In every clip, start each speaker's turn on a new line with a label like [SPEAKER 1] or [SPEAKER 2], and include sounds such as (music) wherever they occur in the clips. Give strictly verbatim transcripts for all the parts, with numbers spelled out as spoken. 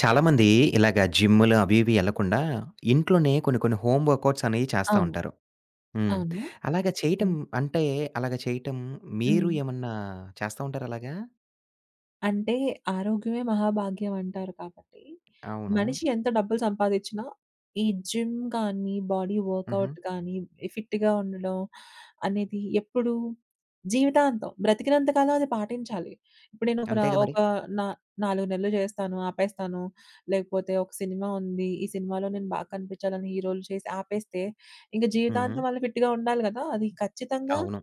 [SPEAKER 1] చాలామంది ఇలాగ జిమ్‌లు అవి ఇవి ఎళ్ళకుండా, ఇంట్లోనే కొన్ని కొన్ని హోమ్ వర్కౌట్స్ అనేవి చేస్తా
[SPEAKER 2] అవును.
[SPEAKER 1] ఉంటారు. హ్మ్.
[SPEAKER 2] అవును.
[SPEAKER 1] అలాగా చేయటం
[SPEAKER 2] హ్మ్.
[SPEAKER 1] అంటే, అలాగా చేయటం మీరు
[SPEAKER 2] హ్మ్.
[SPEAKER 1] ఏమన్నా చేస్తా ఉంటారా అలాగా?
[SPEAKER 2] అంటే ఆరోగ్యమే మహాభాగ్యం అంటారు కాబట్టి,
[SPEAKER 1] అవును.
[SPEAKER 2] మనిషి ఎంత డబ్బులు సంపాదిచ్చినా, ఈ జిమ్ గానీ, బాడీ
[SPEAKER 1] హుహు.
[SPEAKER 2] వర్కౌట్ గానీ, ఫిట్‌గా ఉండడం అనేది ఎప్పుడు జీవితాంతం బ్రతికినంత కాలం అది పాటించాలి. ఇప్పుడు నేను ఒక ర
[SPEAKER 1] అంతేగా మరి.
[SPEAKER 2] ఒక నా నాలుగు నెలలు చేస్తాను, ఆపేస్తాను. లేకపోతే ఒక సినిమా ఉంది. ఈ సినిమాలో నేను బాగా కనిపించాలని హీరోలు చేసి ఆపేస్తే, ఇంక
[SPEAKER 1] హుహు.
[SPEAKER 2] జీవితాంతం వాళ్ళు ఫిట్‌గా ఉండాలి గదా! అది ఖచ్చితంగా
[SPEAKER 1] అవును.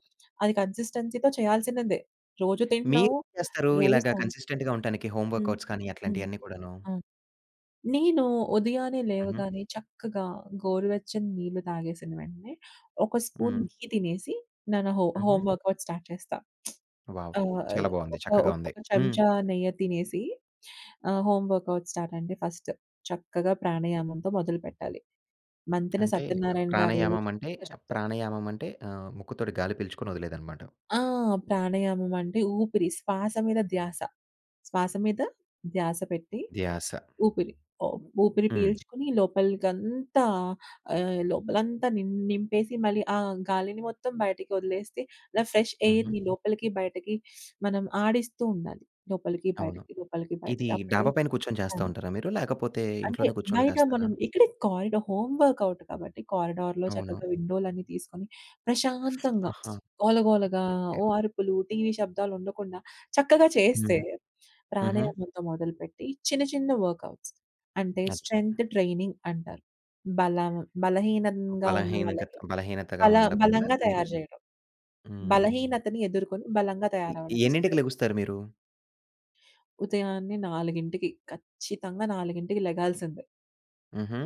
[SPEAKER 2] అది కన్సిస్టెన్సీతో చేయాల్సినదే. రోజు
[SPEAKER 1] మీరేం
[SPEAKER 2] తింటున్నావు,
[SPEAKER 1] చేస్తారు
[SPEAKER 2] రోజు
[SPEAKER 1] ఇలాగ
[SPEAKER 2] స్నానం.
[SPEAKER 1] కన్సిస్టెంట్‌గా ఉండటానికి హోమ్
[SPEAKER 2] హ్మ్.
[SPEAKER 1] వర్కౌట్స్ కానీ
[SPEAKER 2] హ్మ్.
[SPEAKER 1] అట్లాంటియన్నీ కూడాను?
[SPEAKER 2] అవును. నేను ఉదయాన్నే
[SPEAKER 1] హుహు.
[SPEAKER 2] లేవగానే చక్కగా గోరువెచ్చని నీళ్లు తాగేసిన వెంటనే ఒక స్పూన్
[SPEAKER 1] హ్మ్.
[SPEAKER 2] ఘీ తినేసి నా నా హో
[SPEAKER 1] హుహు.
[SPEAKER 2] హోమ్ వర్కౌట్ స్టార్ట్ చేస్తా.
[SPEAKER 1] వావ్!
[SPEAKER 2] ఆహ్,
[SPEAKER 1] చాలా బావుంది.
[SPEAKER 2] ఒక
[SPEAKER 1] చక్కగా
[SPEAKER 2] ఒక
[SPEAKER 1] ఉంది. హ్మ్.
[SPEAKER 2] చెంచా నెయ్యి తినేసి ఆహ్, హోమ్ వర్కౌట్ స్టార్ట్ అంటే ఫస్ట్ చక్కగా ప్రాణాయామంతో మొదలుపెట్టాలి. మంతెన
[SPEAKER 1] అంటే
[SPEAKER 2] సత్యనారాయణ గారు
[SPEAKER 1] ప్రాణాయామం అంటే,
[SPEAKER 2] చక్కగా చెప్తారు.
[SPEAKER 1] ప్రాణాయామం అంటే ఆహ్, ముక్కుతోటి గాలి పీల్చుకొని వదిలేదనమాట.
[SPEAKER 2] ఆ! ప్రాణాయామం అంటే ఊపిరి శ్వాస మీద ధ్యాస. శ్వాస మీద ధ్యాస పెట్టి
[SPEAKER 1] ధ్యాస.
[SPEAKER 2] ఊపిరి. ఓహ్! ఊపిరి
[SPEAKER 1] హ్మ్.
[SPEAKER 2] పీల్చుకొని లోపలికంతా ఆహ్, లోపలంతా నిం నింపేసి మళ్ళీ ఆ గాలిని మొత్తం బయటికి వదిలేస్తే అలా ఫ్రెష్
[SPEAKER 1] హుహు.
[SPEAKER 2] ఎయిర్‌ని లోపలికి బయటకి మనం ఆడిస్తూ ఉండాలి. లోపలికి
[SPEAKER 1] అవును.
[SPEAKER 2] బయటకి, లోపలికి
[SPEAKER 1] ఇది
[SPEAKER 2] బయటకి అప్పుడే.
[SPEAKER 1] డాబా పైన కూర్చొని చేస్తా ఉంటారా మీరు? లేకపోతే
[SPEAKER 2] అంటే
[SPEAKER 1] ఇంట్లోనే కూర్చొని
[SPEAKER 2] బయట
[SPEAKER 1] చేస్తారా?
[SPEAKER 2] మనం ఇక్కడే కారిడా హోమ్ వర్కౌట్ కాబట్టి కారిడార్‌లో
[SPEAKER 1] అవును.
[SPEAKER 2] చక్కగా విండోలన్నీ తీసుకొని ప్రశాంతంగా,
[SPEAKER 1] ఆహా!
[SPEAKER 2] గోలగోలగా
[SPEAKER 1] ఓకే.
[SPEAKER 2] ఓ అరుపులు, టీవీ శబ్దాలు ఉండకుండా చక్కగా చేస్తే
[SPEAKER 1] హ్మ్. హుహు.
[SPEAKER 2] ప్రాణాయామంతో మొదలుపెట్టి చిన్న చిన్న వర్కౌట్స్ అంటే
[SPEAKER 1] అది.
[SPEAKER 2] స్ట్రెంత్ ట్రైనింగ్ అంటారు. బలం బలహీనంగా ఉన్న
[SPEAKER 1] బలహీనగత
[SPEAKER 2] వాళ్ళకి
[SPEAKER 1] బలహీనతగా
[SPEAKER 2] బల
[SPEAKER 1] ఉండకుండా
[SPEAKER 2] బలంగా
[SPEAKER 1] మీరు
[SPEAKER 2] తయారు చేయడం.
[SPEAKER 1] హ్మ్.
[SPEAKER 2] బలహీనతని ఎదుర్కొని బలంగా
[SPEAKER 1] ఎ
[SPEAKER 2] తయారవ్వడమే
[SPEAKER 1] ఎన్నింటికి
[SPEAKER 2] స్ట్రెంత్.
[SPEAKER 1] లెగుస్తారు మీరు?
[SPEAKER 2] ఉదయాన్నే 4కి ఖచ్చితంగా 4కి లెగాల్సిందే.
[SPEAKER 1] హుహు.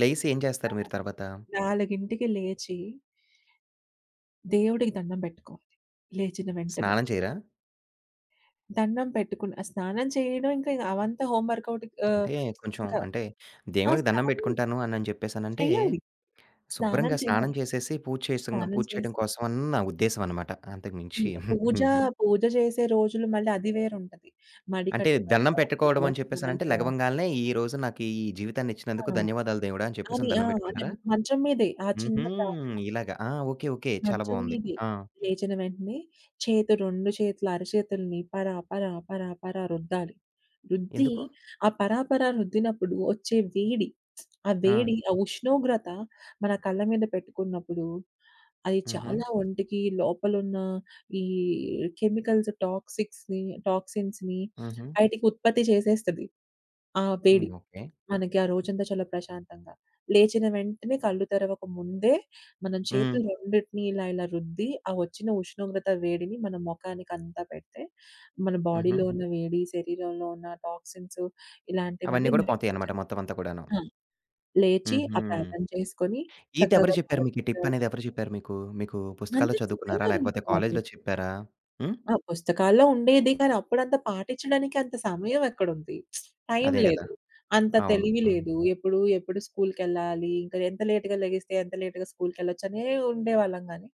[SPEAKER 1] లెగిసి ఏం చేస్తారు మీరు తర్వాత?
[SPEAKER 2] 4కి లేచి దేవుడికి దండం బెట్టుకోవాలి. లేచిన వెంటనే.
[SPEAKER 1] స్నానం చేయరా?
[SPEAKER 2] దండం పెట్టుకుని ఆ స్నానం చేయడం ఇంకా అవంతా హోమ్ వర్కౌట్. ఆహ్,
[SPEAKER 1] అంటే కొంచెం
[SPEAKER 2] ఇంకా
[SPEAKER 1] అంటే
[SPEAKER 2] ఆ!
[SPEAKER 1] దేవుడికి దండం
[SPEAKER 2] స్నానం
[SPEAKER 1] పెట్టుకుంటాను అని చెప్పేసనంటే,
[SPEAKER 2] చేయాలి. స్నానం
[SPEAKER 1] శుభ్రంగా స్నానం
[SPEAKER 2] చేయాలి.
[SPEAKER 1] చేసేసి పూజ చేసం
[SPEAKER 2] స్నానం
[SPEAKER 1] పూజ చేయడం
[SPEAKER 2] చేసి
[SPEAKER 1] కోసం అని నా ఉద్దేశం అన్నమాట. అంతకు
[SPEAKER 2] హ్మ్.
[SPEAKER 1] మించి
[SPEAKER 2] పూజ, పూజ చేసే రోజులు మళ్ళీ అది వేరుంటది.
[SPEAKER 1] అంటే
[SPEAKER 2] మడికట్టు
[SPEAKER 1] దండం
[SPEAKER 2] కట్టాలి,
[SPEAKER 1] పెట్టుకోవడం అని
[SPEAKER 2] తలస్నానం
[SPEAKER 1] చెప్పేసనంటే
[SPEAKER 2] చేయాలి.
[SPEAKER 1] లెగవంగాల్నే, "ఈరోజు నాకు ఈ జీవితాన్ని
[SPEAKER 2] ఆ!
[SPEAKER 1] ఇచ్చినందుకు ధన్యవాదాలు దేవుడా" అని
[SPEAKER 2] అని
[SPEAKER 1] చెప్పేసని
[SPEAKER 2] ఆ!
[SPEAKER 1] దండం
[SPEAKER 2] అదే
[SPEAKER 1] పెట్టుకుంటారా?
[SPEAKER 2] మంచం మీదే ఆ చిన్న
[SPEAKER 1] హుహు.
[SPEAKER 2] ప్రార్థన.
[SPEAKER 1] ఇలాగా. ఆ! ఓకే. ఓకే. చాలా
[SPEAKER 2] మంచం
[SPEAKER 1] బావుంది.
[SPEAKER 2] మీదే
[SPEAKER 1] ఆ!
[SPEAKER 2] లేచిన వెంటనే చేతి రెండు చేతుల అరచేతుల్ని పరా, పరా, పరా, పరా రుద్దాలి. రుద్ది
[SPEAKER 1] ఎందుకు?
[SPEAKER 2] ఆ పరా, పరా రుద్దినప్పుడు వచ్చే వేడి, ఆ
[SPEAKER 1] ఆ!
[SPEAKER 2] వేడి, ఆ ఉష్ణోగ్రత మన కళ్ళ మీద పెట్టుకున్నప్పుడు అది
[SPEAKER 1] హుహు.
[SPEAKER 2] చాలా ఒంటికి లోపలున్న ఈ కెమికల్స్ టాక్సిక్స్‌ని టాక్సిన్స్‌ని
[SPEAKER 1] హుహు.
[SPEAKER 2] బయటికి ఉత్పత్తి చేసేస్తది ఆ
[SPEAKER 1] హ్మ్.
[SPEAKER 2] వేడి.
[SPEAKER 1] ఓకే.
[SPEAKER 2] మనకి ఆ రోజంతా చాలా ప్రశాంతంగా. లేచిన వెంటనే కళ్ళు తెరవక ముందే మనం
[SPEAKER 1] హ్మ్.
[SPEAKER 2] చేతులు రెండిటిని ఇలా ఇలా రుద్ది, ఆ వచ్చిన ఉష్ణోగ్రత వేడిని మన మొఖానికంతా పెడితే, మన
[SPEAKER 1] హుహు.
[SPEAKER 2] బాడీలో ఉన్న వేడి, శరీరంలో ఉన్న టాక్సిన్స్
[SPEAKER 1] అవన్నీ
[SPEAKER 2] ఇలాంటివన్నీ
[SPEAKER 1] కూడా పోతాయన్నమాట
[SPEAKER 2] బయటకొచ్చేస్తాయి.
[SPEAKER 1] మొత్తం అంతా కూడాను.
[SPEAKER 2] ఆ! లేచి
[SPEAKER 1] హుహు.
[SPEAKER 2] ఆ ప్రార్థన చేసుకొని
[SPEAKER 1] ఇదెవరు
[SPEAKER 2] చక్కగా
[SPEAKER 1] చెప్పారు మీకు? ఈ టిప్
[SPEAKER 2] కాలకృత్యాలు
[SPEAKER 1] అనేది ఎవరు చెప్పారు మీకు? మీకు
[SPEAKER 2] అంతే
[SPEAKER 1] పుస్తకాల్లో చదువుకున్నారా?
[SPEAKER 2] సిద్ధంగానే
[SPEAKER 1] లేకపోతే
[SPEAKER 2] ఉంటారు.
[SPEAKER 1] కాలేజీలో చెప్పారా? హ్మ్.
[SPEAKER 2] ఆ! పుస్తకాల్లో ఉండేది. కానీ అప్పుడంత పాటించడానికి అంత సమయం ఎక్కడుంది? టైం
[SPEAKER 1] అదే గదా!
[SPEAKER 2] లేదు. అంత
[SPEAKER 1] అవును.
[SPEAKER 2] తెలివి
[SPEAKER 1] హ్మ్.
[SPEAKER 2] లేదు. ఎప్పుడు, ఎప్పుడు స్కూలుకెళ్ళాలి, ఇంకా ఎంత లేట్‌గా లెగిస్తే, ఎంత లేట్‌గా స్కూలుకెళ్ళొచ్చనే ఉండేవాళ్ళం గానీ,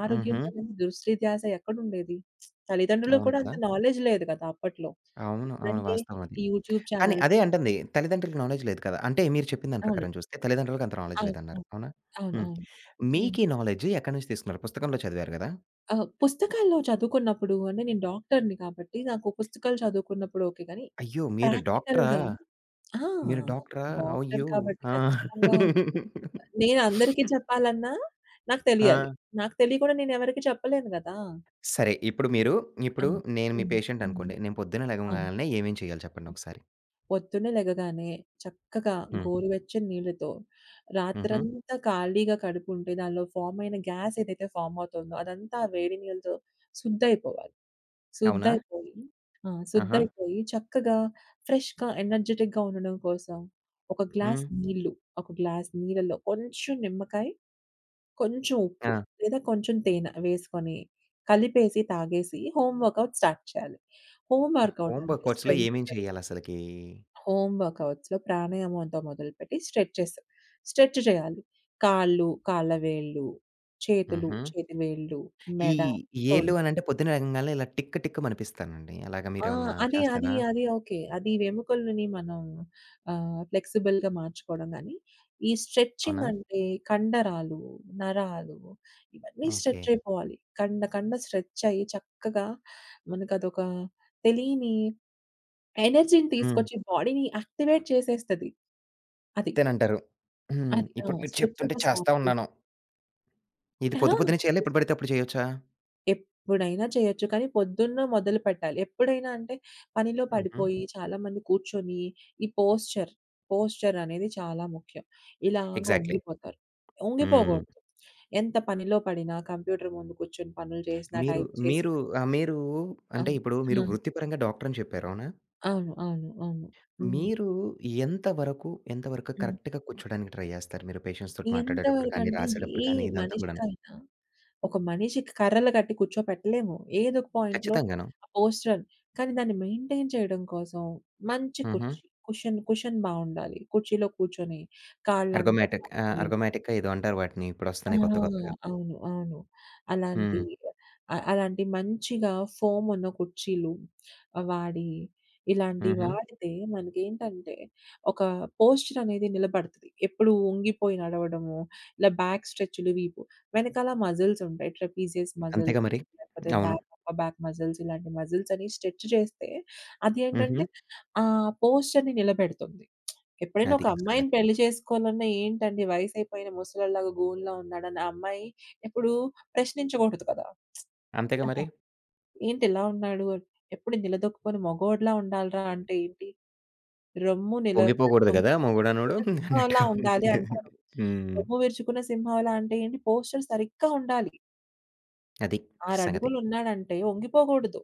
[SPEAKER 2] ఆరోగ్యం
[SPEAKER 1] హుహు.
[SPEAKER 2] పైన దృష్టి ధ్యాస ఎక్కడుండేది? తల్లిదండ్రులకు
[SPEAKER 1] అవును
[SPEAKER 2] కూడా అంత
[SPEAKER 1] కదా!
[SPEAKER 2] నాలెడ్జ్ లేదు కదా! అప్పట్లో.
[SPEAKER 1] అవును. అవును.
[SPEAKER 2] ఇప్పుడంటే
[SPEAKER 1] వాస్తవం అది.
[SPEAKER 2] ఈ యూట్యూబ్
[SPEAKER 1] కానీ
[SPEAKER 2] ఛానెల్స్.
[SPEAKER 1] అదే అంటుంది. తల్లిదండ్రులకి నాలెడ్జ్ లేదు కదా! అంటే మీరు చెప్పిన దాని
[SPEAKER 2] అవును.
[SPEAKER 1] ప్రకారం చూస్తే తల్లిదండ్రులకి అంత నాలెడ్జ్
[SPEAKER 2] అవును.
[SPEAKER 1] లేదన్నారు.
[SPEAKER 2] అవును.
[SPEAKER 1] అవునా?
[SPEAKER 2] అవును.
[SPEAKER 1] హ్మ్.
[SPEAKER 2] అవును. హ్మ్.
[SPEAKER 1] మీకీ నాలెడ్జ్ ఎక్కడి నుంచి తీసుకున్నారు? పుస్తకంలో చదివారు గదా!
[SPEAKER 2] ఆహ్, పుస్తకాల్లో చదువుకున్నప్పుడు అంటే నేను డాక్టర్‌ని కాబట్టి నాకు పుస్తకాలు చదువుకున్నప్పుడు ఓకే. కానీ
[SPEAKER 1] అయ్యో! మీరు డాక్టరా?
[SPEAKER 2] ప్రాక్టికల్‌గా ఆ!
[SPEAKER 1] మీరు డాక్టరా?
[SPEAKER 2] డాక్టర్
[SPEAKER 1] అయ్యో!
[SPEAKER 2] కాబట్టి
[SPEAKER 1] ఆ!
[SPEAKER 2] ఖచ్చితంగా నేను అందరికీ చెప్పాలన్నా నాకు తెలియాలి.
[SPEAKER 1] ఆ!
[SPEAKER 2] నాకు తెలియకుండా నేనెవరికీ చెప్పలేను గదా!
[SPEAKER 1] సరే. ఇప్పుడు మీరు ఇప్పుడు
[SPEAKER 2] అవును.
[SPEAKER 1] నేను మీ
[SPEAKER 2] హ్మ్.
[SPEAKER 1] పేషెంట్
[SPEAKER 2] హ్మ్.
[SPEAKER 1] అనుకోండి. నేను పొద్దున్న
[SPEAKER 2] అవును.
[SPEAKER 1] లెగవగాల్నే ఏమేం చేయాలి చెప్పండి ఒకసారి?
[SPEAKER 2] పొద్దున్నే లెగగానే చక్కగా
[SPEAKER 1] హ్మ్.
[SPEAKER 2] గోరువెచ్చని నీళ్ళతో
[SPEAKER 1] హుహు.
[SPEAKER 2] రాత్రంతా ఖాళీగా కడుపుంటే దానిలో ఫార్మ్ అయిన గ్యాస్ ఏదైతే ఫార్మ్ అవుతుందో అదంతా ఆ వేడి నీళ్ళతో శుద్ధయిపోవాలి.
[SPEAKER 1] అవునా?
[SPEAKER 2] శుద్ధయిపోయి ఆ!
[SPEAKER 1] ఆహా!
[SPEAKER 2] శుద్ధయిపోయి చక్కగా ఫ్రెష్‌గా ఎనర్జిటిక్‌గా ఉండడం కోసం ఒక గ్లాస్
[SPEAKER 1] హ్మ్.
[SPEAKER 2] నీళ్ళు, ఒక గ్లాస్ నీళ్ళలో కొంచెం నిమ్మకాయ, కొంచెం ఉప్పు
[SPEAKER 1] ఆ!
[SPEAKER 2] లేదా కొంచెం తేనె వేసుకొని కలిపేసి తాగేసి హోమ్ వర్కౌట్ స్టార్ట్ చేయాలి. హోమ్ వర్కౌట్
[SPEAKER 1] హోమ్
[SPEAKER 2] అంటే
[SPEAKER 1] వర్కౌట్స్‌లో
[SPEAKER 2] స్ట్రెంత్
[SPEAKER 1] ఏమేం చేయాలసలకి?
[SPEAKER 2] హోమ్ వర్కౌట్స్‌లో ప్రాణాయామంతో మొదలుపెట్టి స్ట్రెచెస్. స్ట్రెచ్ చేయాలి. కాళ్ళు, కాళ్ళ వేళ్ళు, చేతులు,
[SPEAKER 1] హుహు.
[SPEAKER 2] చేతి వేళ్ళు,
[SPEAKER 1] ఈ
[SPEAKER 2] మెడ, తొన్
[SPEAKER 1] ఏలు అనంటే పొద్దున్నే లెగంగాల్నే ఇలా టిక్ టిక్ మనిపిస్తానండి. అలాగా
[SPEAKER 2] ఆ!
[SPEAKER 1] మీరేమన్నా
[SPEAKER 2] అది, అది,
[SPEAKER 1] చేస్తారా?
[SPEAKER 2] అది ఓకే. అది వెముకలని మనం ఆహ్, ఫ్లెక్సిబుల్‌గా మార్చుకోవడం గానీ, ఈ స్ట్రెచింగ్
[SPEAKER 1] అవునా?
[SPEAKER 2] అంటే కండరాలు, నరాలు ఇవన్నీ
[SPEAKER 1] ఓకే.
[SPEAKER 2] స్ట్రెచ్ అయిపోవాలి. కండ కండ స్ట్రెచ్ అయ్యి చక్కగా మనకదొక తెలియని ఎనర్జీని
[SPEAKER 1] హ్మ్.
[SPEAKER 2] తీసుకొచ్చి బాడీని యాక్టివేట్ చేసేస్తది. అది.
[SPEAKER 1] తినంటారు. హ్మ్.
[SPEAKER 2] అది. ఆ!
[SPEAKER 1] ఇప్పుడు మీరు చెప్తుంటే
[SPEAKER 2] స్ట్రెచర్‌తో స్టార్ట్
[SPEAKER 1] చేస్తా
[SPEAKER 2] చేసి
[SPEAKER 1] ఉన్నాను. ఇది
[SPEAKER 2] అహా!
[SPEAKER 1] పొద్దు పొద్దున్నే చేయాలా?
[SPEAKER 2] అది
[SPEAKER 1] ఎప్పుడు
[SPEAKER 2] చే
[SPEAKER 1] పడితే అప్పుడు చేయొచ్చా?
[SPEAKER 2] ఎప్పుడైనా చేయొచ్చు. కానీ పొద్దున్న మొదలుపెట్టాలి. ఎప్పుడైనా అంటే పనిలో
[SPEAKER 1] హుహు.
[SPEAKER 2] పడిపోయి చాలామంది కూర్చొని ఈ పోస్చర్, పోస్చర్ అనేది చాలా ముఖ్యం. ఇలాగ
[SPEAKER 1] ఎగ్జాక్ట్‌లీ.
[SPEAKER 2] ఒంగిపోతారు.
[SPEAKER 1] హ్మ్.
[SPEAKER 2] ఒంగిపోకూడదు. ఎంత పనిలో పడినా కంప్యూటర్ ముందు కూర్చొని పనులు చేసినా,
[SPEAKER 1] మీరు
[SPEAKER 2] టైప్ చేసినా
[SPEAKER 1] మీరు ఆహ్, మీరు అంటే
[SPEAKER 2] అవును.
[SPEAKER 1] ఇప్పుడు మీరు
[SPEAKER 2] ఆ!
[SPEAKER 1] వృత్తిపరంగా డాక్టర్ అని చెప్పారు. అవునా?
[SPEAKER 2] అవును. అవును. అవును. హ్మ్.
[SPEAKER 1] మీరు ఎంత వరకు, ఎంత వరకు
[SPEAKER 2] హ్మ్.
[SPEAKER 1] కరెక్ట్‌గా కూర్చోడానికి ట్రై జేస్తారు? మీరు పేషెంట్స్‌తోటి
[SPEAKER 2] ఎంత
[SPEAKER 1] మాట్లాడేటప్పుడు కానీ,
[SPEAKER 2] వరకంటే
[SPEAKER 1] రాసేటప్పుడు
[SPEAKER 2] ఏ
[SPEAKER 1] కానీ ఇదంతా కూడాను.
[SPEAKER 2] మనిషికైనా ఒక మనిషికి కర్రలు కట్టి కూర్చోపెట్టలేము. ఏదో ఒక పాయింట్‌లో
[SPEAKER 1] ఖచ్చితంగాను.
[SPEAKER 2] ఆ పోస్చర్ కానీ దాన్ని మెయింటైన్ చేయడం కోసం మంచి
[SPEAKER 1] హుహు.
[SPEAKER 2] కుర్చీ, కుషన్ కుషన్ బావుండాలి. కుర్చీలో కూర్చొని కాళ్ళంతా
[SPEAKER 1] అర్గొమాటిక్. ఆ!
[SPEAKER 2] చాపుకొని
[SPEAKER 1] అర్గొమాటికా ఏదో అంటారు వాటిని.
[SPEAKER 2] ఆ!
[SPEAKER 1] ఇప్పుడొస్తున్నాయి కొత్త కొత్తగా.
[SPEAKER 2] అవును. అవును. అలాంటి
[SPEAKER 1] హ్మ్.
[SPEAKER 2] అ అలాంటి మంచిగా ఫోమ్ ఉన్న కుర్చీలు వాడి, ఇలాంటివి
[SPEAKER 1] హుహు.
[SPEAKER 2] వాడితే మనకేంటంటే, ఒక పోస్చర్ అనేది నిలబడతది. ఎప్పుడు వంగిపోయి నడవడము, ఇలా బ్యాక్ స్ట్రెచ్‌లు, వీపు వెనకాల మజిల్స్ ఉంటాయి. ట్రాపీజియస్
[SPEAKER 1] అంతేగా
[SPEAKER 2] మజిల్స్
[SPEAKER 1] మరి.
[SPEAKER 2] లేకపోతే
[SPEAKER 1] అవును.
[SPEAKER 2] బ్యాక్, అప్పర్ బ్యాక్ మజిల్స్ ఇలాంటి మజిల్స్ అని స్ట్రెచ్ చేస్తే
[SPEAKER 1] హుహు.
[SPEAKER 2] అదేంటంటే, ఆ పోస్చర్‌ని నిలబెడుతుంది. ఎప్పుడైనా
[SPEAKER 1] అది
[SPEAKER 2] ఒక అమ్మాయిని
[SPEAKER 1] సంగతి.
[SPEAKER 2] పెళ్లి చేసుకోవాలన్నా ఏంటండి వయసైపోయిన ముసలోళ్ళలాగా గూనిలో ఉన్నాడని ఆ అమ్మాయి ఎప్పుడు ప్రశ్నించకూడదు కదా!
[SPEAKER 1] అంతేగా
[SPEAKER 2] కదా!
[SPEAKER 1] మరి.
[SPEAKER 2] "ఏంటి ఇలా ఉన్నాడు?" అని. ఎప్పుడు నిలదొక్కుకొని మగోడిలా ఉండాలిరా అంటే ఏంటి? రొమ్ము నిల
[SPEAKER 1] పొంగిపోకూడదు గదా! మొగుడనోడు
[SPEAKER 2] రొమ్ముకున్న సింహంలా
[SPEAKER 1] అన్నట్టుగా ఉంది.
[SPEAKER 2] ఉండాలి అంటారు.
[SPEAKER 1] హ్మ్.
[SPEAKER 2] రొమ్ము విరుచుకున్న సింహంలా అంటే ఏంటి? పోస్చర్ సరిగ్గా ఉండాలి.
[SPEAKER 1] అది
[SPEAKER 2] ఆరు
[SPEAKER 1] సంగతి.
[SPEAKER 2] అడుగులు ఉన్నాడంటే ఒంగిపోకూడదు.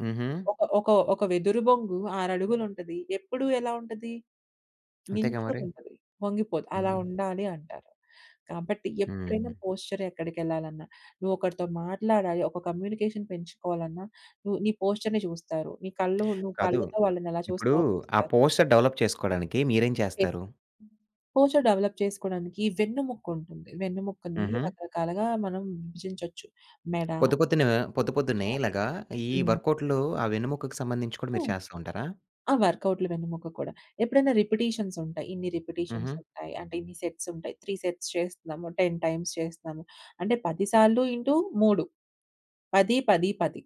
[SPEAKER 1] హుహు.
[SPEAKER 2] ఒక ఒక ఒక వెదురు బొంగు ఆరు అడుగులుంటది. ఎప్పుడు ఎలా ఉంటది?
[SPEAKER 1] అంతేగా మరి.
[SPEAKER 2] నించొనుంటది. వంగిపోదు. అలా
[SPEAKER 1] హ్మ్.
[SPEAKER 2] ఉండాలి అంటారు. కాబట్టి ఎప్పుడైనా
[SPEAKER 1] హ్మ్.
[SPEAKER 2] పోస్చర్ ఎక్కడికెళ్ళాలన్నా, నువ్వు ఒకరితో మాట్లాడాలి, ఒక కమ్యూనికేషన్ పెంచుకోవాలన్నా, నువ్వు నీ పోస్చర్‌ని చూస్తారు. నీ కళ్ళు నువ్వు
[SPEAKER 1] కాదు.
[SPEAKER 2] కళ్ళతో వాళ్ళని ఎలా
[SPEAKER 1] ఇప్పుడు
[SPEAKER 2] చూస్తావో
[SPEAKER 1] ఆ
[SPEAKER 2] చూస్తారు.
[SPEAKER 1] పోస్టర్ డెవలప్ చేసుకోవడానికి మీరేం చేస్తారు?
[SPEAKER 2] ఫేస్‌బుక్ పోస్చర్ డెవలప్ చేసుకోవడానికి వెన్నుముక్క ఉంటుంది. వెన్నుముక్కని
[SPEAKER 1] హుహు.
[SPEAKER 2] రకరకాలుగా మనం విభజించొచ్చు. మెడ,
[SPEAKER 1] పొద్దు పొద్దున పొద్దు
[SPEAKER 2] కుడి
[SPEAKER 1] పొద్దున్నే
[SPEAKER 2] చాప్
[SPEAKER 1] ఇలాగా ఈ
[SPEAKER 2] హ్మ్.
[SPEAKER 1] వర్కౌట్‌లు ఆ వెన్నెముకకి సంబంధించి కూడా మీరు చేస్తూ ఉంటారా?
[SPEAKER 2] ఆ! వర్కౌట్‌లు వెన్నెముక కూడా. ఎప్పుడైనా రిపిటీషన్స్ ఉంటాయి. ఇన్ని రిపిటీషన్స్
[SPEAKER 1] హుహు.
[SPEAKER 2] ఉంటాయి. అంటే ఇన్ని సెట్స్ ఉంటాయి. మూడు సెట్స్ చేస్తున్నాము. పది టైమ్స్ చేస్తున్నాము. అంటే పది సార్లు ఇంటూ మూడు పది, పది, పది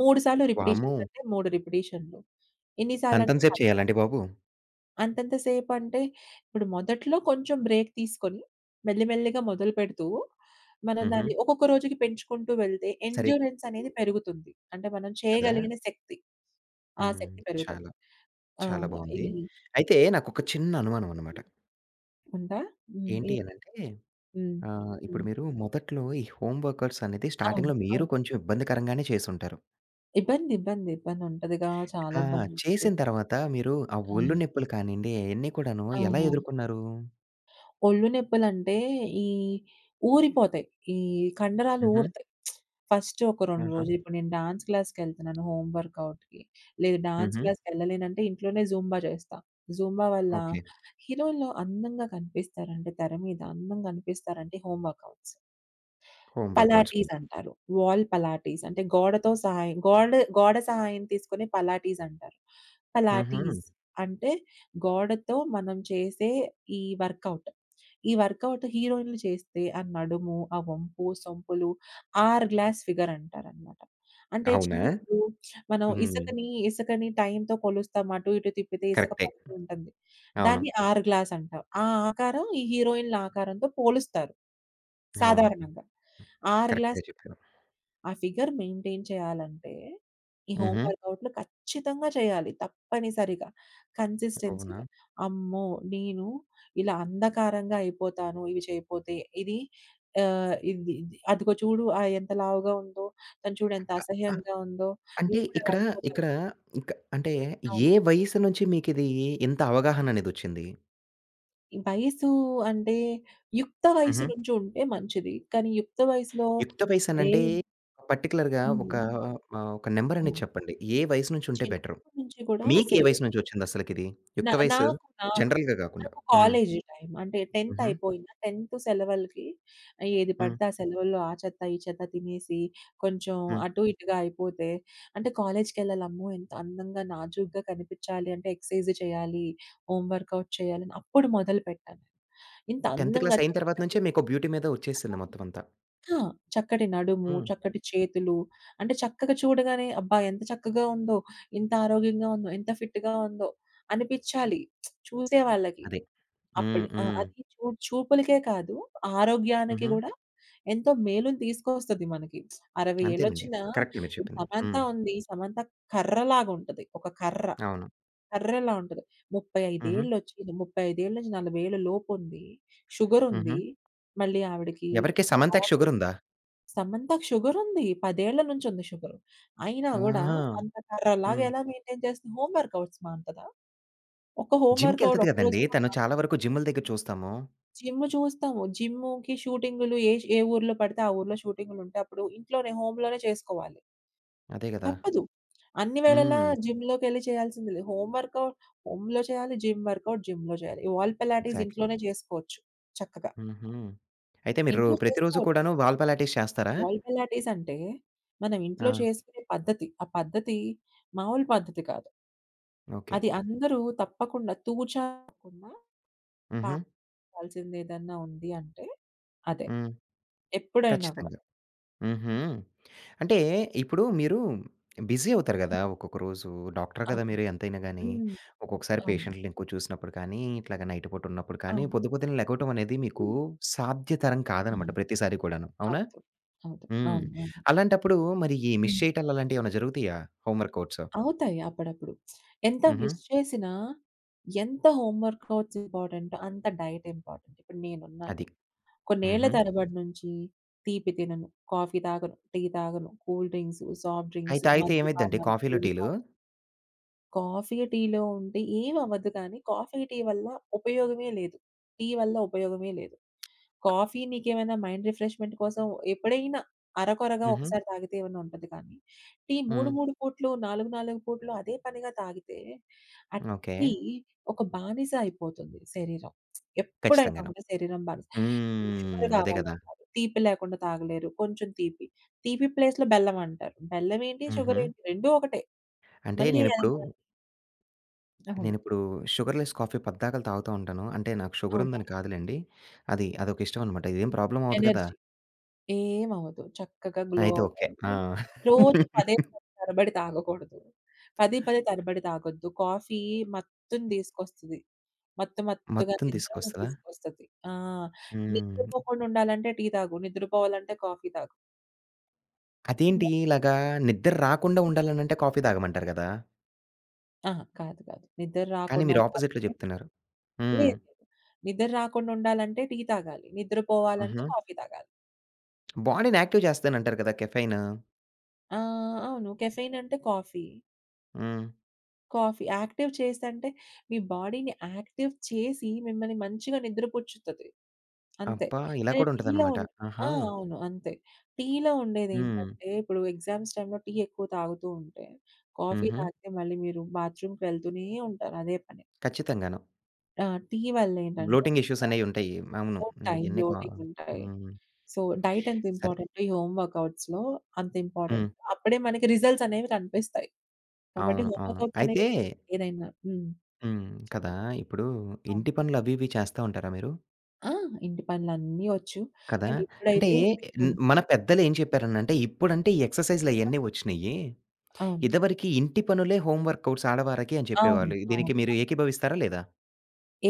[SPEAKER 2] మూడు సార్లు
[SPEAKER 1] వామ్మో!
[SPEAKER 2] రిపిటీషన్స్ అంటే మూడు రిపిటీషన్‌లు. ఎన్ని సార్లు అంటే
[SPEAKER 1] అంతంత సేపు
[SPEAKER 2] పది సార్లు.
[SPEAKER 1] చేయాలండి బాబు?
[SPEAKER 2] అంతంత సేపు అంటే ఇప్పుడు మొదట్లో కొంచెం బ్రేక్ తీసుకొని మెల్లిమెల్లిగా మొదలుపెడుతూ మనం
[SPEAKER 1] హుహు.
[SPEAKER 2] దాన్ని ఒక్కొక్క రోజుకి పెంచుకుంటూ వెళ్తే
[SPEAKER 1] సరే.
[SPEAKER 2] ఎండ్యూరెన్స్ అనేది పెరుగుతుంది. అంటే మనం
[SPEAKER 1] కదా!
[SPEAKER 2] చేయగలిగిన శక్తి, ఆ
[SPEAKER 1] హ్మ్.
[SPEAKER 2] శక్తి పెరుగుతుంది.
[SPEAKER 1] చాలా,
[SPEAKER 2] ఆ!
[SPEAKER 1] చాలా బావుంది.
[SPEAKER 2] ఇది
[SPEAKER 1] అయితే నాకొక చిన్న అనుమానం అనమాట.
[SPEAKER 2] ఉందా? హ్మ్. ఏ
[SPEAKER 1] ఏంటి అనంటే
[SPEAKER 2] హ్మ్.
[SPEAKER 1] ఆహ్, ఇప్పుడు
[SPEAKER 2] హ్మ్.
[SPEAKER 1] మీరు మొదట్లో ఈ హోమ్ వర్కర్స్ అనేది
[SPEAKER 2] అవును.
[SPEAKER 1] స్టార్టింగ్‌లో మీరు
[SPEAKER 2] అవును.
[SPEAKER 1] కొంచెం ఇబ్బందికరంగానే చేసుంటారు.
[SPEAKER 2] ఇబ్బంది, ఇబ్బంది, ఇబ్బందుంటదిగా. చాలా
[SPEAKER 1] ఆ!
[SPEAKER 2] ఇబ్బందుంటది.
[SPEAKER 1] చేసిన తర్వాత మీరు ఆ
[SPEAKER 2] ఆ!
[SPEAKER 1] ఒళ్ళు నొప్పులు కానియండి, అయన్నీ కూడాను ఎలా
[SPEAKER 2] అవునవును.
[SPEAKER 1] ఎదుర్కొన్నారు?
[SPEAKER 2] ఒళ్ళు నొప్పులంటే ఈ ఊరిపోతాయి. ఈ కండరాలు
[SPEAKER 1] హుహు.
[SPEAKER 2] ఊరుతాయి. ఫస్ట్ ఒక రెండు
[SPEAKER 1] ఆహా!
[SPEAKER 2] రోజులు. ఇప్పుడు నేను డాన్స్ క్లాస్‌కెళ్తున్నాను హోమ్ వర్కౌట్‌కి. లేదు డాన్స్
[SPEAKER 1] హుహు.
[SPEAKER 2] క్లాస్‌కెళ్ళలేనంటే ఇంట్లోనే జూంబా చేస్తా. జూంబా వల్ల
[SPEAKER 1] ఓకే.
[SPEAKER 2] హీరోలు అందంగా కనిపిస్తారంటే తెర మీద, అందంగా కనిపిస్తారంటే home workouts.
[SPEAKER 1] Home workouts
[SPEAKER 2] Pilates
[SPEAKER 1] వల్ల.
[SPEAKER 2] అంటారు. వాల్ పలాటీస్ అంటే గోడతో సహాయం గోడ గోడ సహాయం తీసుకునే పలాటీస్ అంటారు.
[SPEAKER 1] హుహు.
[SPEAKER 2] పలాటీస్ అంటే గోడతో మనం చేసే ఈ వర్కౌట్. ఈ వర్కౌట్ హీరోయిన్‌లు చేస్తే ఆ నడుము, ఆ వంపు, సొంపులు ఆర్ గ్లాస్ ఫిగర్ అంటారనమాట. అంటే
[SPEAKER 1] అవునా?
[SPEAKER 2] చిన్నప్పుడు మనం
[SPEAKER 1] హ్మ్.
[SPEAKER 2] ఇసుకని, ఇసుకని టైమ్‌తో కొలుస్తాం. అటు ఇటు తిప్పితే ఇసుక
[SPEAKER 1] కరెక్టే.
[SPEAKER 2] పడుతూ ఉంటుంది.
[SPEAKER 1] అవును.
[SPEAKER 2] దాన్ని ఆర్ గ్లాస్ అంటాం. ఆ ఆకారం ఈ హీరోయిన్‌ల ఆకారంతో పోలుస్తారు
[SPEAKER 1] అవును.
[SPEAKER 2] సాధారణంగా. ఆ!
[SPEAKER 1] కరెక్ట్‌గా
[SPEAKER 2] రిలాక్స్
[SPEAKER 1] చెప్పారు.
[SPEAKER 2] ఆ ఫిగర్ మెయింటైన్ చేయాలంటే, ఈ హోమ్
[SPEAKER 1] హుహు.
[SPEAKER 2] వర్కౌట్‌లు ఖచ్చితంగా చేయాలి. తప్పనిసరిగా.
[SPEAKER 1] అవునా?
[SPEAKER 2] కన్సిస్టెన్సీగా. అమ్మో! నేను ఇలా అంధకారంగా అయిపోతాను ఇవి చేయపోతే. ఇది ఆహ్, ఇది ఇది అదిగో చూడు, ఆహ్, ఎంత లావుగా ఉందో, తను చూడు ఎంత అసహ్యంగా ఉందో,
[SPEAKER 1] అంటే
[SPEAKER 2] నేను కూడా అలా
[SPEAKER 1] ఇక్కడ,
[SPEAKER 2] అయిపోతాను.
[SPEAKER 1] ఇక్కడ ఇక అంటే
[SPEAKER 2] అవును.
[SPEAKER 1] ఏ వయసు నుంచి మీకిది ఇంత అవగాహననేదొచ్చింది?
[SPEAKER 2] ఈ వయసు అంటే యుక్త వయసు
[SPEAKER 1] హుహు.
[SPEAKER 2] నుంచి ఉంటే మంచిది. కానీ యుక్త వయసులో
[SPEAKER 1] యుక్త
[SPEAKER 2] అప్పుడే
[SPEAKER 1] వయసనంటే పర్టిక్యులర్‌గా ఒక
[SPEAKER 2] హ్మ్.
[SPEAKER 1] ఆహ్, ఒక నంబరనేది
[SPEAKER 2] అవును.
[SPEAKER 1] చెప్పండి. ఏ వయసు నుంచుంటే బెటరు?
[SPEAKER 2] చిన్నప్పటి నుంచి కూడా
[SPEAKER 1] మీకే వయసు
[SPEAKER 2] శరీరం
[SPEAKER 1] నుంచొచ్చిందసలకిది?
[SPEAKER 2] నా
[SPEAKER 1] యుక్త వయసు
[SPEAKER 2] నాకు నాకు
[SPEAKER 1] జనరల్‌గా గాకుండా.
[SPEAKER 2] నాకు
[SPEAKER 1] హ్మ్.
[SPEAKER 2] College time. అంటే 10థ్
[SPEAKER 1] హుహు.
[SPEAKER 2] అయిపోయిందా, 10థ్ సెలవులకి ఏది
[SPEAKER 1] హ్మ్.
[SPEAKER 2] పడితే ఆ సెలవుల్లో ఆ చెత్త, ఈ చెత్త తినేసి కొంచెం
[SPEAKER 1] హ్మ్.
[SPEAKER 2] అటు ఇటుగా అయిపోతే, అంటే కాలేజ్‌కెళ్ళాలి అమ్మో! ఎంత అందంగా నాజూగ్గా కనిపించాలి అంటే ఎక్సర్సైజ్ చేయాలి, హోమ్ వర్కౌట్ చేయాలని అప్పుడు మొదలుపెట్టాను. ఇంత
[SPEAKER 1] టెన్త్
[SPEAKER 2] అందంగా
[SPEAKER 1] క్లాస్ అయిన తర్వాత
[SPEAKER 2] చక్కటి
[SPEAKER 1] నుంచే మీకు బ్యూటీ మీద ఒచ్చేసింది మొత్తమంతా.
[SPEAKER 2] ఆ! చక్కటి నడుము,
[SPEAKER 1] హ్మ్.
[SPEAKER 2] చక్కటి చేతులు అంటే చక్కగా చూడగానే అబ్బా! ఎంత చక్కగా ఉందో, ఇంత ఆరోగ్యంగా ఉందో, ఎంత ఫిట్‌గా ఉందో అనిపించాలి చూసే వాళ్ళకి.
[SPEAKER 1] అదే. హ్మ్.
[SPEAKER 2] అప్పుడు ఆ!
[SPEAKER 1] హ్మ్.
[SPEAKER 2] అది చూ చూపులకే కాదు, ఆరోగ్యానికి
[SPEAKER 1] హుహు.
[SPEAKER 2] గూడా ఎంతో మేలుని తీసుకొస్తది మనకి. 60
[SPEAKER 1] అంతేనండి.
[SPEAKER 2] ఏళ్ళొచ్చినా
[SPEAKER 1] కరెక్టే మీరు
[SPEAKER 2] ఇప్పుడు
[SPEAKER 1] చెప్పింది.
[SPEAKER 2] సమంత
[SPEAKER 1] హ్మ్.
[SPEAKER 2] ఉంది. సమంత కర్రలాగుంటది. ఒక కర్ర.
[SPEAKER 1] అవును.
[SPEAKER 2] కర్రలా ఉంటది. ముప్పై ఐదు
[SPEAKER 1] హుహు.
[SPEAKER 2] ఏళ్ళొచ్చి ముప్పై ఐదు నలభై ఏళ్ళ లోపుంది.
[SPEAKER 1] హుహు.
[SPEAKER 2] షుగరుంది. మళ్ళీ ఆవిడకి
[SPEAKER 1] ఎవరికీ సమంతకి
[SPEAKER 2] ఓవర్
[SPEAKER 1] షుగరుందా?
[SPEAKER 2] సమంతకి షుగరుంది. పది ఏళ్ల నుంచుంది షుగరు. అయినా గూడా
[SPEAKER 1] ఆహా!
[SPEAKER 2] అంత కర్రలాగా
[SPEAKER 1] హ్మ్.
[SPEAKER 2] ఎలా మెయింటైన్ చేస్తుంది? హోమ్ వర్కౌట్స్ మానుతదా? ఒక్క హోమ్ వర్కౌట్
[SPEAKER 1] జిమ్‌కెళ్తది
[SPEAKER 2] ఒక్క
[SPEAKER 1] గదండీ!
[SPEAKER 2] రోజన్నా
[SPEAKER 1] తను చాలా వరకు జిమ్ముల దగ్గర చూస్తాము.
[SPEAKER 2] జిమ్ చూస్తాము. జిమ్‌కి షూటింగులు ఏ ష్ ఏ ఊర్లో పడితే ఆ ఊర్లో షూటింగులుంటే అప్పుడు ఇంట్లోనే హోమ్‌లోనే చేసుకోవాలి.
[SPEAKER 1] అదే గదా!
[SPEAKER 2] తప్పదు. అన్ని వేళలా
[SPEAKER 1] హ్మ్.
[SPEAKER 2] జిమ్‌లోకెళ్ళి చేయాల్సింది లేదు. హోమ్ వర్కౌట్ హోమ్‌లో చేయాలి. జిమ్ వర్కౌట్ జిమ్‌లో చేయాలి. ఈ వాల్ పిలాటిస్
[SPEAKER 1] ఎగ్జాక్ట్‌లీ.
[SPEAKER 2] ఇంట్లోనే చేసుకోవచ్చు చక్కగా.
[SPEAKER 1] హుహు. అయితే మీరు
[SPEAKER 2] ఇంట్లో
[SPEAKER 1] ప్రతిరోజు
[SPEAKER 2] చేసుకోవచ్చు.
[SPEAKER 1] కూడాను వాల్ పిలాటిస్ చేస్తారా?
[SPEAKER 2] వాల్ పిలాటిస్ అంటే మనం
[SPEAKER 1] ఆ!
[SPEAKER 2] ఇంట్లో చేసుకునే పద్ధతి. ఆ పద్ధతి మామూలు పద్ధతి కాదు.
[SPEAKER 1] ఓకే.
[SPEAKER 2] అది అందరూ తప్పకుండా తూచా తప్పకుండా
[SPEAKER 1] హుహు.
[SPEAKER 2] పాటించాల్సిందేదన్నా ఉంది అంటే అదే.
[SPEAKER 1] హ్మ్.
[SPEAKER 2] ఎప్పుడైనా కూడా.
[SPEAKER 1] ఖచ్చితంగా. హుహు. అంటే ఇప్పుడు మీరు బిజీ అవుతారు గదా! ఒక్కొక్క రోజు. డాక్టర్ గదా
[SPEAKER 2] అవును.
[SPEAKER 1] మీరు ఎంతైనా గాని.
[SPEAKER 2] హ్మ్.
[SPEAKER 1] ఒక్కొక్కసారి
[SPEAKER 2] అవును.
[SPEAKER 1] పేషెంట్‌లని ఎక్కువ చూసినప్పుడు కానీ, ఇట్లాగ నైట్ పూట ఉన్నప్పుడు కానీ,
[SPEAKER 2] అవును.
[SPEAKER 1] పొద్దు పొద్దున్నే లెగవటం అనేది మీకు
[SPEAKER 2] హ్మ్.
[SPEAKER 1] సాధ్యతరం
[SPEAKER 2] అవును.
[SPEAKER 1] కాదనమాట ప్రతిసారి కూడాను. అవునా?
[SPEAKER 2] అవుతూ అవుతూ.
[SPEAKER 1] హ్మ్.
[SPEAKER 2] అవును. అవును.
[SPEAKER 1] అలాంటప్పుడు మరి ఈ మిస్
[SPEAKER 2] హ్మ్.
[SPEAKER 1] చేయటాలు అలాంటియేమన్నా జరుగుతాయా? Home workouts?
[SPEAKER 2] అవుతాయి అప్పుడప్పుడు. ఎంత
[SPEAKER 1] హుహు.
[SPEAKER 2] మిస్ చేసినా, ఎంత హోమ్ వర్కౌట్స్ ఇంపార్టెంటో అంత డైట్ ఇంపార్టెంట్. ఇప్పుడు నేనున్నాను.
[SPEAKER 1] అది.
[SPEAKER 2] కొన్నేళ్ల
[SPEAKER 1] హుహు.
[SPEAKER 2] తరబడి నుంచి తీపి తినను, కాఫీ తాగను, టీ తాగను, కూల్ డ్రింక్స్, సాఫ్ట్
[SPEAKER 1] అయి
[SPEAKER 2] డ్రింక్స్,
[SPEAKER 1] తాగితే ఏమైద్దండి
[SPEAKER 2] మద్యపానాలు,
[SPEAKER 1] కాఫీలు, టీలు?
[SPEAKER 2] ధూమపానం. కాఫీ, టీలో ఉంటే ఏమవ్వదు కానీ, కాఫీ, టీ వల్ల ఉపయోగమే లేదు. టీ వల్ల ఉపయోగమే లేదు. కాఫీ నీకేమైనా మైండ్ రిఫ్రెష్‌మెంట్ కోసం ఎప్పుడైనా అరకొరగా
[SPEAKER 1] హుహు.
[SPEAKER 2] ఒకసారి తాగితే ఏమన్నా ఉంటది కానీ, టీ 3,
[SPEAKER 1] హ్మ్.
[SPEAKER 2] 3 పూట్లు, నాలుగు, నాలుగు పూట్లు అదే పనిగా తాగితే ఆ
[SPEAKER 1] ఓకే.
[SPEAKER 2] టీ ఒక బానిస అయిపోతుంది శరీరం. ఎప్పుడైనా
[SPEAKER 1] ఖచ్చితంగాను.
[SPEAKER 2] కూడా శరీరం బానిస. షుగర్
[SPEAKER 1] హ్మ్. అదే గదా!
[SPEAKER 2] కావాలంటారు. తీపి లేకుండా తాగలేరు. కొంచెం తీపి. తీపి ప్లేస్‌లో బెల్లం అంటారు. బెల్లం ఏంటి?
[SPEAKER 1] హుహు.
[SPEAKER 2] షుగర్ ఏంటి? రెండూ ఒకటే.
[SPEAKER 1] అంటే
[SPEAKER 2] మళ్ళీ అది
[SPEAKER 1] నేనిప్పుడు,
[SPEAKER 2] మన అవును.
[SPEAKER 1] నేనిప్పుడు షుగర్ లెస్ కాఫీ పద్దాకల తాగుతా ఉంటాను. అంటే నాకు షుగర్
[SPEAKER 2] అవునా?
[SPEAKER 1] ఉందని కాదులెండి. అది అదొక ఇష్టం అనమాట. ఇదేం
[SPEAKER 2] హ్మ్.
[SPEAKER 1] ప్రాబ్లమ్ అవ్వదు కదా!
[SPEAKER 2] ఎనర్జీ. ఏమవ్వదు. చక్కగా గ్లో
[SPEAKER 1] అయితే ఓకే.
[SPEAKER 2] అవుతారు. ఓకే.
[SPEAKER 1] ఆ!
[SPEAKER 2] కానీ రోజు పదే పదే తరబడి తాగకూడదు. పదే పదే తరబడి తాగొద్దు. కాఫీ మత్తుని తీసుకొస్తది. మత్తు మత్తుగా
[SPEAKER 1] మొత్తం
[SPEAKER 2] నిద్రని
[SPEAKER 1] తీసుకొస్తదా?
[SPEAKER 2] తీసుకొస్తది. ఆ!
[SPEAKER 1] హ్మ్.
[SPEAKER 2] నిద్రపోకుండా ఉండాలంటే టీ తాగు. నిద్రపోవాలంటే కాఫీ తాగు.
[SPEAKER 1] అదేంటి ఇలాగా నిద్ర రాకుండా ఉండాలనంటే కాఫీ తాగమంటారు గదా!
[SPEAKER 2] అహా! కాదు. కాదు. నిద్ర
[SPEAKER 1] కానీ
[SPEAKER 2] రాకుండా
[SPEAKER 1] మీరు అపోజిట్‌లో
[SPEAKER 2] ఉండాలంటే
[SPEAKER 1] జెప్తున్నారు. హ్మ్.
[SPEAKER 2] లేదు. నిద్ర రాకుండా ఉండాలంటే టీ తాగాలి. నిద్రపోవాలంటే
[SPEAKER 1] హుహు.
[SPEAKER 2] కాఫీ తాగాలి.
[SPEAKER 1] బాడీని యాక్టివ్ చేస్తదంటారు కదా! కెఫెయిన్.
[SPEAKER 2] ఆ! అవును. కెఫెయిన్ అంటే కాఫీ.
[SPEAKER 1] హ్మ్.
[SPEAKER 2] కాఫీ. యాక్టివ్ చేసంటే మీ బాడీని యాక్టివ్ చేసి మిమ్మల్ని మంచిగా నిద్రపుచ్చుతది. అంతే.
[SPEAKER 1] అబ్బా! ఇలా
[SPEAKER 2] కానీ
[SPEAKER 1] కూడా
[SPEAKER 2] టీలో
[SPEAKER 1] ఉంటదన్నమాట.
[SPEAKER 2] ఉం ఆ!
[SPEAKER 1] ఆహా!
[SPEAKER 2] అవును. అంతే. టీలో
[SPEAKER 1] హ్మ్.
[SPEAKER 2] ఉండేదేంటంటే ఇప్పుడు ఎగ్జామ్స్ టైమ్‌లో టీ ఎక్కువ తాగుతూ ఉంటే, కాఫీ
[SPEAKER 1] హుహు.
[SPEAKER 2] తాగితే మళ్ళీ మీరు బాత్రూమ్‌కి వెళ్తూనే ఉంటారు అదే పని.
[SPEAKER 1] ఖచ్చితంగాను.
[SPEAKER 2] ఆ! టీ వల్లేంటంటే
[SPEAKER 1] బ్లోటింగ్ ఇష్యూస్
[SPEAKER 2] చక్కగా
[SPEAKER 1] అనేయుంటాయి. అవును.
[SPEAKER 2] ఉంటాయి.
[SPEAKER 1] అయన్నీ కా
[SPEAKER 2] బ్లోటింగ్ ఉంటాయి.
[SPEAKER 1] హ్మ్.
[SPEAKER 2] సో, డైట్ ఎంత
[SPEAKER 1] సరే.
[SPEAKER 2] ఇంపార్టెంటో ఈ హోమ్ వర్కౌట్స్‌లో అంత
[SPEAKER 1] హ్మ్.
[SPEAKER 2] ఇంపార్టెంట్. అప్పుడే మనకి రిజల్ట్స్ అనేవి కనిపిస్తాయి. కాబట్టి
[SPEAKER 1] అవును.
[SPEAKER 2] హోమ్
[SPEAKER 1] అవును.
[SPEAKER 2] వర్కౌట్స్
[SPEAKER 1] అయితే
[SPEAKER 2] అనేవి ఏదైనా హ్మ్.
[SPEAKER 1] హ్మ్. కదా!
[SPEAKER 2] చెప్పండి.
[SPEAKER 1] ఇప్పుడు
[SPEAKER 2] అవును.
[SPEAKER 1] ఇంటి పనులు అవి ఇవి చేస్తా ఉంటారా మీరు?
[SPEAKER 2] ఆ! ఇంటి పనులన్నీ వచ్చు.
[SPEAKER 1] కదా!
[SPEAKER 2] కానీ
[SPEAKER 1] అంటే
[SPEAKER 2] ఇప్పుడైతే
[SPEAKER 1] న్
[SPEAKER 2] మేడుంది.
[SPEAKER 1] మన పెద్దలేం చెప్పారనంటే, ఇప్పుడంటే ఈ ఎక్సర్‌సైజ్‌లు అయన్నీ వచ్చినియి
[SPEAKER 2] అవును.
[SPEAKER 1] ఇదివరకి ఇంటి పనులే హోమ్ వర్కౌట్స్ ఆడవారికి అని
[SPEAKER 2] అవును.
[SPEAKER 1] చెప్పేవాళ్ళు.
[SPEAKER 2] అవును.
[SPEAKER 1] దీనికి మీరు ఏకీభవిస్తారా లేదా?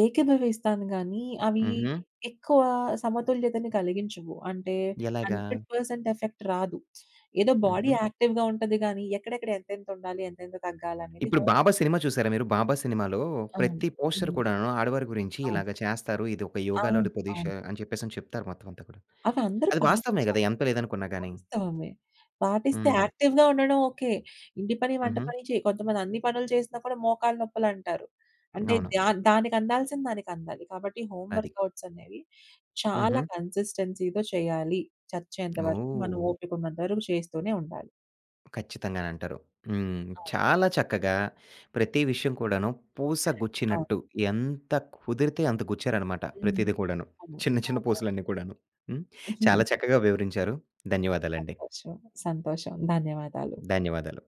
[SPEAKER 2] ఏకీభవిస్తాను గానీ, అవి
[SPEAKER 1] హుహు.
[SPEAKER 2] ఎక్కువ సమతుల్యతని కలిగించవు. అంటే
[SPEAKER 1] ఎలాగా?
[SPEAKER 2] నూరు శాతం ఎఫెక్ట్ రాదు. ఏదో బాడీ
[SPEAKER 1] హుహు.
[SPEAKER 2] యాక్టివ్‌గా ఉంటది గానీ, ఎక్కడెక్కడ ఎంతెంత ఉండాలి, ఎంతెంత తగ్గాలనేది
[SPEAKER 1] ఇప్పుడు 'బాబా'
[SPEAKER 2] హోంవర్క్.
[SPEAKER 1] సినిమా చూసారా మీరు? 'బాబా' సినిమాలో
[SPEAKER 2] అవును.
[SPEAKER 1] ప్రతి పోస్చర్
[SPEAKER 2] హ్మ్.
[SPEAKER 1] కూడాను ఆడవారి గురించి
[SPEAKER 2] అవును.
[SPEAKER 1] ఇలాగ చేస్తారు. ఇది ఒక
[SPEAKER 2] అవును.
[SPEAKER 1] యోగాలోని పొజిష
[SPEAKER 2] అవును.
[SPEAKER 1] అని చెప్పేసని చెప్తారు మొత్తం అంతా కూడా.
[SPEAKER 2] అవి అందరూ
[SPEAKER 1] అది వాస్తవమే
[SPEAKER 2] పాటించాలి.
[SPEAKER 1] గదా! ఎంత లేదనుకున్నా గాని.
[SPEAKER 2] వాస్తవమే. పాటిస్తే
[SPEAKER 1] హ్మ్.
[SPEAKER 2] యాక్టివ్‌గా ఉండడం ఓకే. ఇంటి పని, వంట
[SPEAKER 1] హుహు.
[SPEAKER 2] పని చెయి కొంతమంది అన్ని పనులు చేసినా కూడా మోకాళ్ళ నొప్పులంటారు. అంటే
[SPEAKER 1] అవును.
[SPEAKER 2] ధ్యా దానికి అందాల్సింది దానికి అందాలి. కాబట్టి హోమ్
[SPEAKER 1] అది.
[SPEAKER 2] వర్కౌట్స్ అనేవి
[SPEAKER 1] హుహు.
[SPEAKER 2] చాలా కన్సిస్టెన్సీ‌తో చేయాలి. చచ్చేంత వరకు మనం
[SPEAKER 1] ఓహ్!
[SPEAKER 2] ఓపికున్నంత వరకు చేస్తూనే ఉండాలి.
[SPEAKER 1] ఖచ్చితంగానంటారు. హ్మ్.
[SPEAKER 2] అవును.
[SPEAKER 1] చాలా చక్కగా ప్రతి విషయం కూడాను పూస
[SPEAKER 2] అవును.
[SPEAKER 1] గుచ్చినట్టు ఎంత కుదిరితే అంత గుచ్చారనమాట
[SPEAKER 2] హ్మ్.
[SPEAKER 1] ప్రతీది కూడాను.
[SPEAKER 2] అవును.
[SPEAKER 1] చిన్న చిన్న
[SPEAKER 2] అవును.
[SPEAKER 1] పూసలన్నీ కూడాను. హ్మ్. చాలా
[SPEAKER 2] (laughs)
[SPEAKER 1] చక్కగా వివరించారు. ధన్యవాదాలండి.
[SPEAKER 2] సంతోషం. సంతోషం. ధన్యవాదాలు.
[SPEAKER 1] ధన్యవాదాలు.